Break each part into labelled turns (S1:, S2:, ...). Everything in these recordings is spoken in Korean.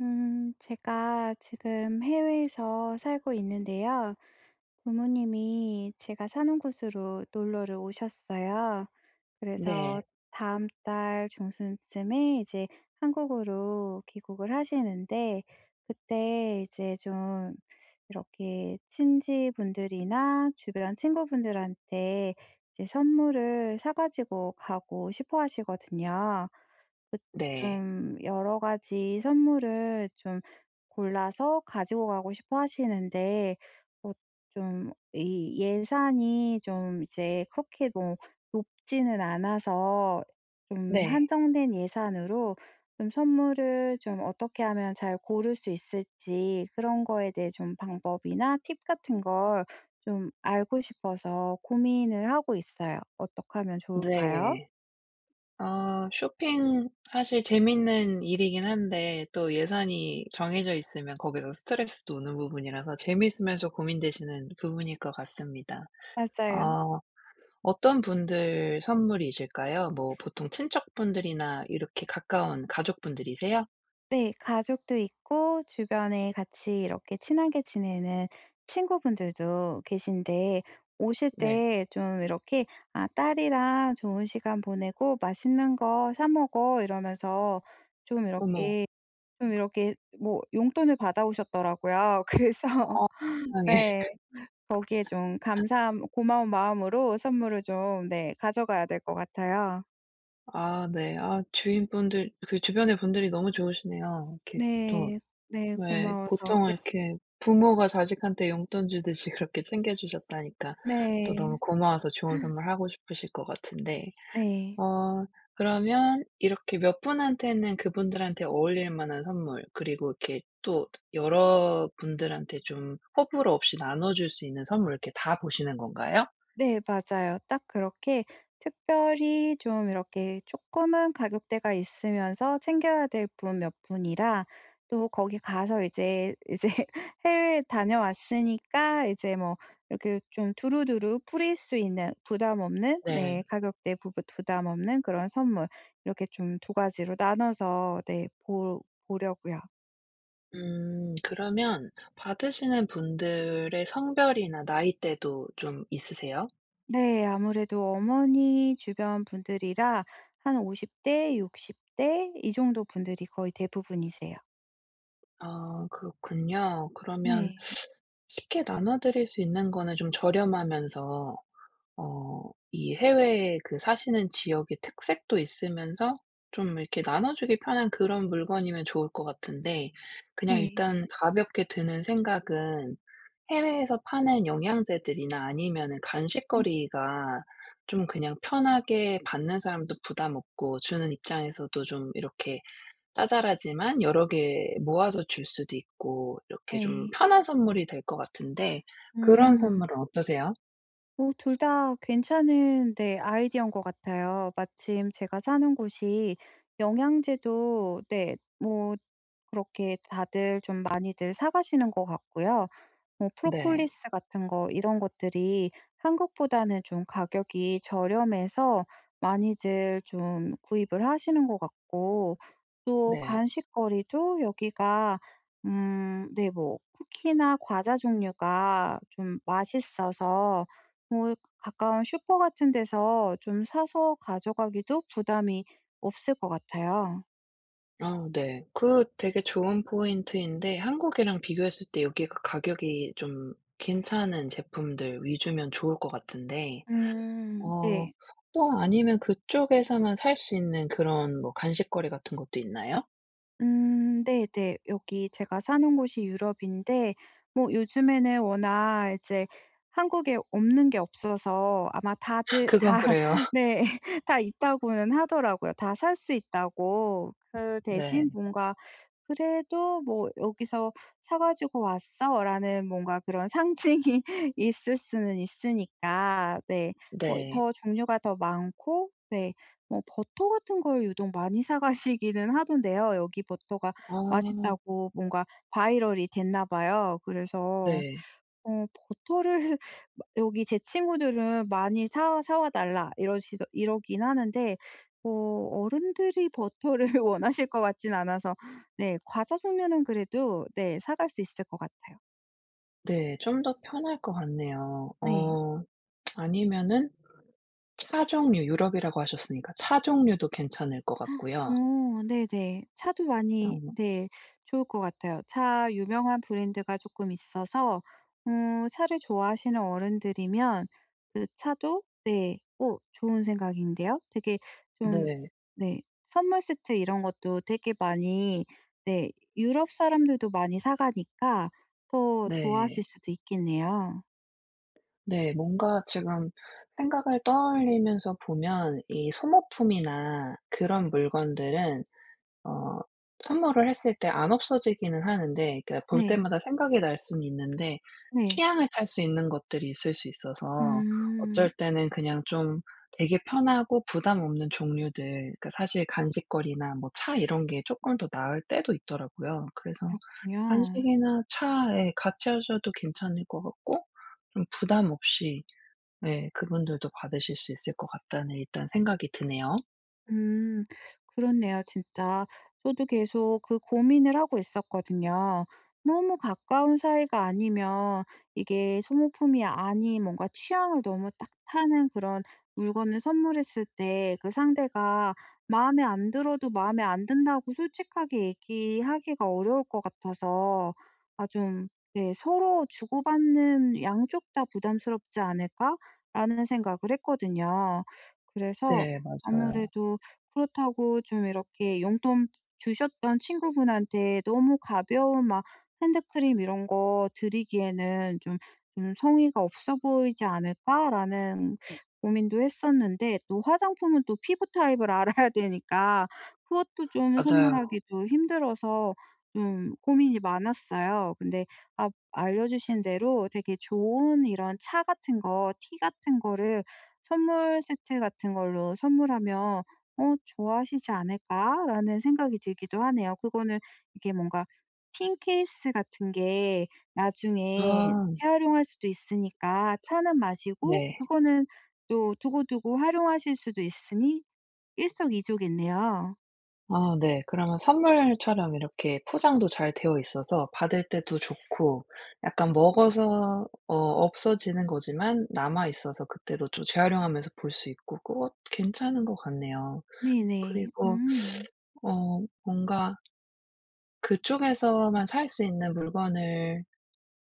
S1: 제가 지금 해외에서 살고 있는데요. 부모님이 제가 사는 곳으로 놀러를 오셨어요. 그래서
S2: 네.
S1: 다음 달 중순쯤에 이제 한국으로 귀국을 하시는데, 그때 이제 좀 이렇게 친지분들이나 주변 친구분들한테 이제 선물을 사가지고 가고 싶어 하시거든요.
S2: 네.
S1: 좀 여러 가지 선물을 좀 골라서 가지고 가고 싶어 하시는데 어 좀 이 예산이 좀 이제 그렇게 뭐 높지는 않아서 좀
S2: 네.
S1: 한정된 예산으로 좀 선물을 좀 어떻게 하면 잘 고를 수 있을지 그런 거에 대해 좀 방법이나 팁 같은 걸 좀 알고 싶어서 고민을 하고 있어요. 어떻게 하면 좋을까요?
S2: 네. 아 쇼핑 사실 재밌는 일이긴 한데 또 예산이 정해져 있으면 거기서 스트레스도 오는 부분이라서 재미있으면서 고민되시는 부분일 것 같습니다.
S1: 맞아요.
S2: 어 어떤 분들 선물이실까요? 뭐 보통 친척분들이나 이렇게 가까운 가족분들이세요?
S1: 네. 가족도 있고 주변에 같이 이렇게 친하게 지내는 친구분들도 계신데 오실
S2: 네.
S1: 때 좀 이렇게 "아 딸이랑 좋은 시간 보내고 맛있는 거 사 먹어." 이러면서 좀
S2: 어머.
S1: 이렇게 좀 이렇게 뭐 용돈을 받아오셨더라고요. 그래서
S2: 어 세상에.
S1: 네. 거기에 좀 감사함 고마운 마음으로 선물을 좀 네 가져가야 될 것 같아요.
S2: 아 네. 아 주인분들 그 주변의 분들이 너무 좋으시네요. 이렇게 또
S1: 네. 네.
S2: 왜
S1: 고마워서 네.
S2: 보통은 이렇게 부모가 자식한테 용돈 주듯이 그렇게 챙겨 주셨다니까 또 너무
S1: 네.
S2: 고마워서 좋은 선물 하고 싶으실 것 같은데.
S1: 네.
S2: 어 그러면 이렇게 몇 분한테는 그분들한테 어울릴 만한 선물 그리고 이렇게 또 여러 분들한테 좀 호불호 없이 나눠 줄 수 있는 선물 이렇게 다 보시는 건가요?
S1: 네 맞아요. 딱 그렇게 특별히 좀 이렇게 조금은 가격대가 있으면서 챙겨야 될 분 몇 분이라 또 거기 가서 이제 해외에 다녀왔으니까 이제 뭐 이렇게 좀 두루두루 뿌릴 수 있는 부담 없는
S2: 네.
S1: 네 가격대 부부 부담 없는 그런 선물 이렇게 좀 두 가지로 나눠서 네 보 보려고요.
S2: 그러면 받으시는 분들의 성별이나 나이대도 좀 있으세요?
S1: 네. 아무래도 어머니 주변 분들이라 한 50대 대, 60대 이 정도 분들이 거의 대부분이세요.
S2: 아 그렇군요.
S1: 음.
S2: 그러면
S1: 네.
S2: 쉽게 나눠드릴 수 있는 거는 좀 저렴하면서 이 해외에 그 사시는 지역의 특색도 있으면서 좀 이렇게 나눠주기 편한 그런 물건이면 좋을 것 같은데, 그냥
S1: 네.
S2: 일단 가볍게 드는 생각은 해외에서 파는 영양제들이나 아니면은
S1: 음.
S2: 간식거리가 좀 그냥 편하게 받는 사람도 부담 없고 주는 입장에서도 좀 이렇게 짜잘하지만 여러 개 모아서 줄 수도 있고 이렇게 좀
S1: 네.
S2: 편한 선물이 될 것 같은데, 그런
S1: 음.
S2: 선물은 어떠세요?
S1: 어 둘 다 괜찮은 네 아이디어인 것 같아요. 마침 제가 사는 곳이 영양제도 네 뭐 그렇게 다들 좀 많이들 사 가시는 것 같고요. 뭐
S2: 네.
S1: 프로폴리스 같은 거 이런 것들이 한국보다는 좀 가격이 저렴해서 많이들 좀 구입을 하시는 것 같고 또
S2: 네.
S1: 간식거리도 여기가 네 뭐 쿠키나 과자 종류가 좀 맛있어서 뭐 가까운 슈퍼 같은 데서 좀 사서 가져가기도 부담이 없을 것 같아요.
S2: 어 네. 그 되게 좋은 포인트인데 한국이랑 비교했을 때 여기가 가격이 좀 괜찮은 제품들 위주면 좋을 것 같은데,
S1: 음.
S2: 어
S1: 네.
S2: 또 아니면 그쪽에서만 살 수 있는 그런 뭐 간식거리 같은 것도 있나요?
S1: 네네. 여기 제가 사는 곳이 유럽인데 뭐 요즘에는 워낙 이제 한국에 없는 게 없어서 아마 다들
S2: 그건
S1: 다
S2: 그래요.
S1: 네. 다 있다고는 하더라고요. 다 살 수 있다고. 그
S2: 네.
S1: 대신 뭔가 그래도 뭐 "여기서 사 가지고 왔어."라는 뭔가 그런 상징이 있을 수는 있으니까 네 뭐
S2: 네.
S1: 더 종류가 더 많고 네 뭐 버터 같은 걸 유독 많이 사 가시기는 하던데요. 여기 버터가
S2: 아...
S1: 맛있다고 뭔가 바이럴이 됐나 봐요. 그래서
S2: 네.
S1: 어 버터를 여기 제 친구들은 많이 "사 사와 달라." 이러시더 이러긴 하는데 어 어른들이 버터를 원하실 것 같진 않아서 네 과자 종류는 그래도 네 사갈 수 있을 것 같아요.
S2: 네. 좀 더 편할 것 같네요.
S1: 네.
S2: 아니면은 차 종류 유럽이라고 하셨으니까 차 종류도 괜찮을 것 같고요.
S1: 어 네네. 차도 많이
S2: 어
S1: 네 좋을 것 같아요. 차 유명한 브랜드가 조금 있어서 차를 좋아하시는 어른들이면 그 차도 네 오 좋은 생각인데요. 되게 좀
S2: 네.
S1: 네 선물 세트 이런 것도 되게 많이 네 유럽 사람들도 많이 사 가니까 더 좋아하실
S2: 네.
S1: 수도 있겠네요.
S2: 네. 뭔가 지금 생각을 떠올리면서 보면 이 소모품이나 그런 물건들은 어 선물을 했을 때 안 없어지기는 하는데 그볼
S1: 네.
S2: 때마다 생각이 날 수는 있는데
S1: 네.
S2: 취향을 탈 수 있는 것들이 있을 수 있어서
S1: 음
S2: 어쩔 때는 그냥 좀 되게 편하고 부담 없는 종류들, 그러니까 사실 간식거리나 뭐 차 이런 게 조금 더 나을 때도 있더라고요. 그래서
S1: 그렇군요.
S2: 간식이나 차에 같이 하셔도 괜찮을 것 같고 좀 부담 없이 예 그분들도 받으실 수 있을 것 같다는 일단 생각이 드네요.
S1: 음. 그렇네요 진짜. 저도 계속 그 고민을 하고 있었거든요. 너무 가까운 사이가 아니면 이게 소모품이 아닌 뭔가 취향을 너무 딱 타는 그런 물건을 선물했을 때 그 상대가 마음에 안 들어도 마음에 안 든다고 솔직하게 얘기하기가 어려울 것 같아서 아 좀 네 서로 주고받는 '양쪽 다 부담스럽지 않을까?'라는 생각을 했거든요. 그래서
S2: 네 맞아요.
S1: 아무래도 그렇다고 좀 이렇게 용돈 주셨던 친구분한테 너무 가벼운 막 핸드크림 이런 거 드리기에는 좀, 좀 성의가 없어 보이지 않을까라는 네. 고민도 했었는데 또 화장품은 또 피부 타입을 알아야 되니까 그것도 좀
S2: 맞아요.
S1: 선물하기도 힘들어서 좀 고민이 많았어요. 근데 알려주신 대로 되게 좋은 이런 차 같은 거, 티 같은 거를 선물 세트 같은 걸로 선물하면 어 '좋아하시지 않을까?'라는 생각이 들기도 하네요. 그거는 이게 뭔가 틴 케이스 같은 게 나중에
S2: 아.
S1: 재활용할 수도 있으니까 차는 마시고
S2: 네.
S1: 그거는 또 두고두고 활용하실 수도 있으니 일석이조겠네요.
S2: 아 네. 그러면 선물처럼 이렇게 포장도 잘 되어 있어서 받을 때도 좋고 약간 먹어서 어 없어지는 거지만 남아 있어서 그때도 좀 재활용하면서 볼 수 있고 그거 괜찮은 것 같네요.
S1: 네네.
S2: 그리고
S1: 음.
S2: 어 뭔가 그쪽에서만 살 수 있는 물건을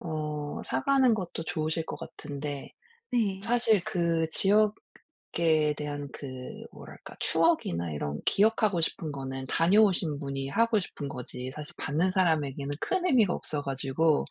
S2: 사 가는 것도 좋으실 것 같은데,
S1: 네.
S2: 사실 그 지역에 대한 그 뭐랄까 추억이나 이런 기억하고 싶은 거는 다녀오신 분이 하고 싶은 거지 사실 받는 사람에게는 큰 의미가 없어 가지고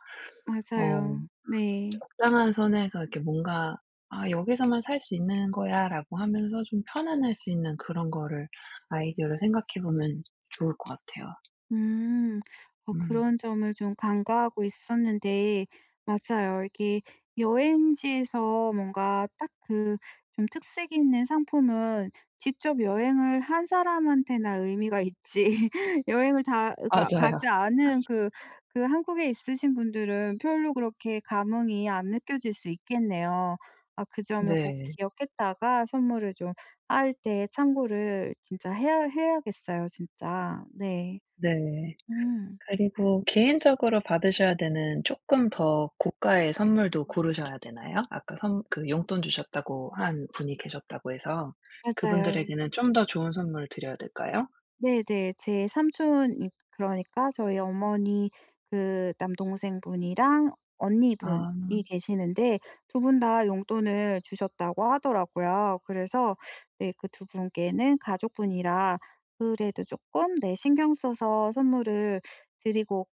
S2: 어
S1: 맞아요. 네.
S2: 적당한 선에서 이렇게 뭔가 '아 여기서만 살 수 있는 거야.'라고 하면서 좀 편안할 수 있는 그런 거를 아이디어를 생각해 보면 좋을 것 같아요.
S1: 음. 어
S2: 음
S1: 그런 점을 좀 간과하고 있었는데 맞아요. 이게 여행지에서 뭔가 딱 그 좀 특색 있는 상품은 직접 여행을 한 사람한테나 의미가 있지 여행을 다 가 가지
S2: 맞아요.
S1: 않은 그 그 한국에 있으신 분들은 별로 그렇게 감흥이 안 느껴질 수 있겠네요. 아 그 점을 꼭
S2: 네.
S1: 기억했다가 선물을 좀 할 때 참고를 진짜 해야겠어요 진짜. 네.
S2: 네.
S1: 음.
S2: 그리고 개인적으로 받으셔야 되는 조금 더 고가의 선물도 고르셔야 되나요? 아까 선 그 용돈 주셨다고 한 분이 계셨다고 해서
S1: 맞아요.
S2: 그분들에게는 좀 더 좋은 선물을 드려야 될까요?
S1: 네네. 제 삼촌이 그러니까 저희 어머니 그 남동생분이랑 언니분이
S2: 아
S1: 계시는데 두 분 다 용돈을 주셨다고 하더라고요. 그래서 네 그 두 분께는 가족분이라 그래도 조금 네 신경 써서 선물을 드리고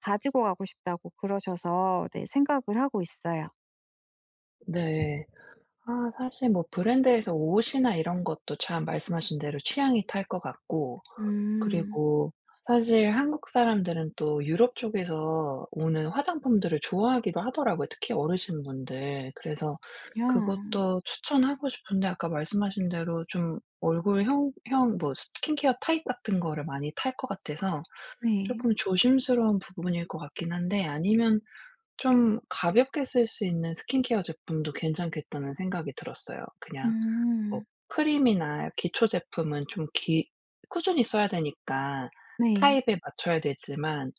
S1: 가지고 가고 싶다고 그러셔서 네 생각을 하고 있어요.
S2: 네. 아 사실 뭐 브랜드에서 옷이나 이런 것도 참 말씀하신 대로 취향이 탈 것 같고,
S1: 음.
S2: 그리고 사실 한국 사람들은 또 유럽 쪽에서 오는 화장품들을 좋아하기도 하더라고요, 특히 어르신분들. 그래서
S1: 야.
S2: 그것도 추천하고 싶은데 아까 말씀하신 대로 좀 얼굴형 형 형, 뭐 스킨케어 타입 같은 거를 많이 탈 것 같아서
S1: 네.
S2: 조금 조심스러운 부분일 것 같긴 한데, 아니면 좀 가볍게 쓸 수 있는 스킨케어 제품도 괜찮겠다는 생각이 들었어요. 그냥 뭐
S1: 음.
S2: 크림이나 기초 제품은 좀 기 꾸준히 써야 되니까
S1: 네.
S2: 타입에 맞춰야 되지만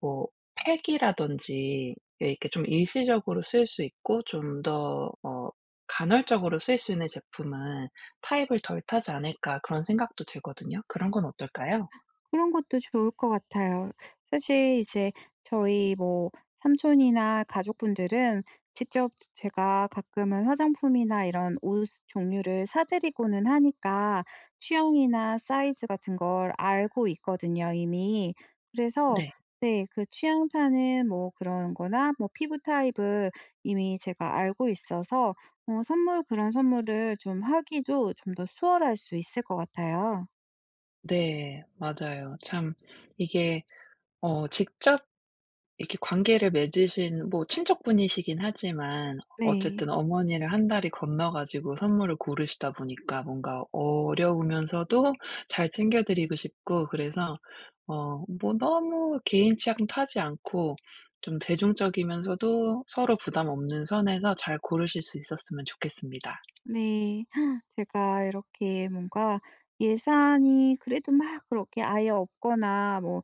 S2: 뭐 팩이라든지 예 이렇게 좀 일시적으로 쓸 수 있고 좀 더 어 간헐적으로 쓸 수 있는 제품은 '타입을 덜 타지 않을까.' 그런 생각도 들거든요. 그런 건 어떨까요?
S1: 그런 것도 좋을 것 같아요. 사실 이제 저희 뭐 삼촌이나 가족분들은 직접 제가 가끔은 화장품이나 이런 옷 종류를 사 드리고는 하니까 취향이나 사이즈 같은 걸 알고 있거든요, 이미. 그래서
S2: 네.
S1: 네 그 취향 타는 뭐 그런 거나 뭐 피부 타입을 이미 제가 알고 있어서 선물 그런 선물을 좀 하기도 좀 더 수월할 수 있을 것 같아요.
S2: 네. 맞아요. 참 이게 직접 이렇게 관계를 맺으신 뭐 친척분이시긴 하지만
S1: 네.
S2: 어쨌든 어머니를 한 다리 건너 가지고 선물을 고르시다 보니까 뭔가 어려우면서도 잘 챙겨 드리고 싶고 그래서 뭐 너무 개인 취향 타지 않고 좀 대중적이면서도 서로 부담 없는 선에서 잘 고르실 수 있었으면 좋겠습니다.
S1: 네. 제가 이렇게 뭔가 예산이 그래도 막 그렇게 아예 없거나 뭐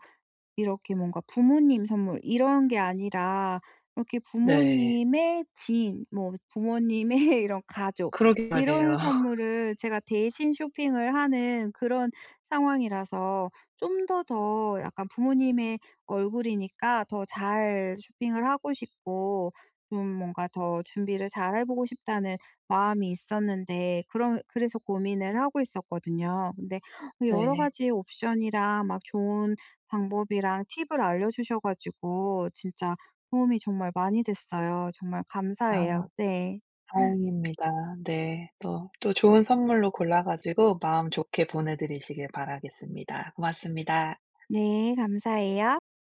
S1: 이렇게 뭔가 부모님 선물 이런 게 아니라 이렇게
S2: 네.
S1: 부모님의 지인 뭐 부모님의 이런 가족
S2: 그러게
S1: 이런
S2: 말이에요.
S1: 선물을 제가 대신 쇼핑을 하는 그런 상황이라서 좀 더 약간 부모님의 얼굴이니까 더 잘 쇼핑을 하고 싶고 좀 뭔가 더 준비를 잘 해보고 싶다는 마음이 있었는데 그런 그래서 고민을 하고 있었거든요. 근데 여러
S2: 네.
S1: 가지 옵션이랑 막 좋은 방법이랑 팁을 알려주셔 가지고 진짜 도움이 정말 많이 됐어요. 정말 감사해요.
S2: 아.
S1: 네.
S2: 다행입니다. 네. 또, 또 좋은 선물로 골라 가지고 마음 좋게 보내드리시길 바라겠습니다. 고맙습니다.
S1: 네 감사해요.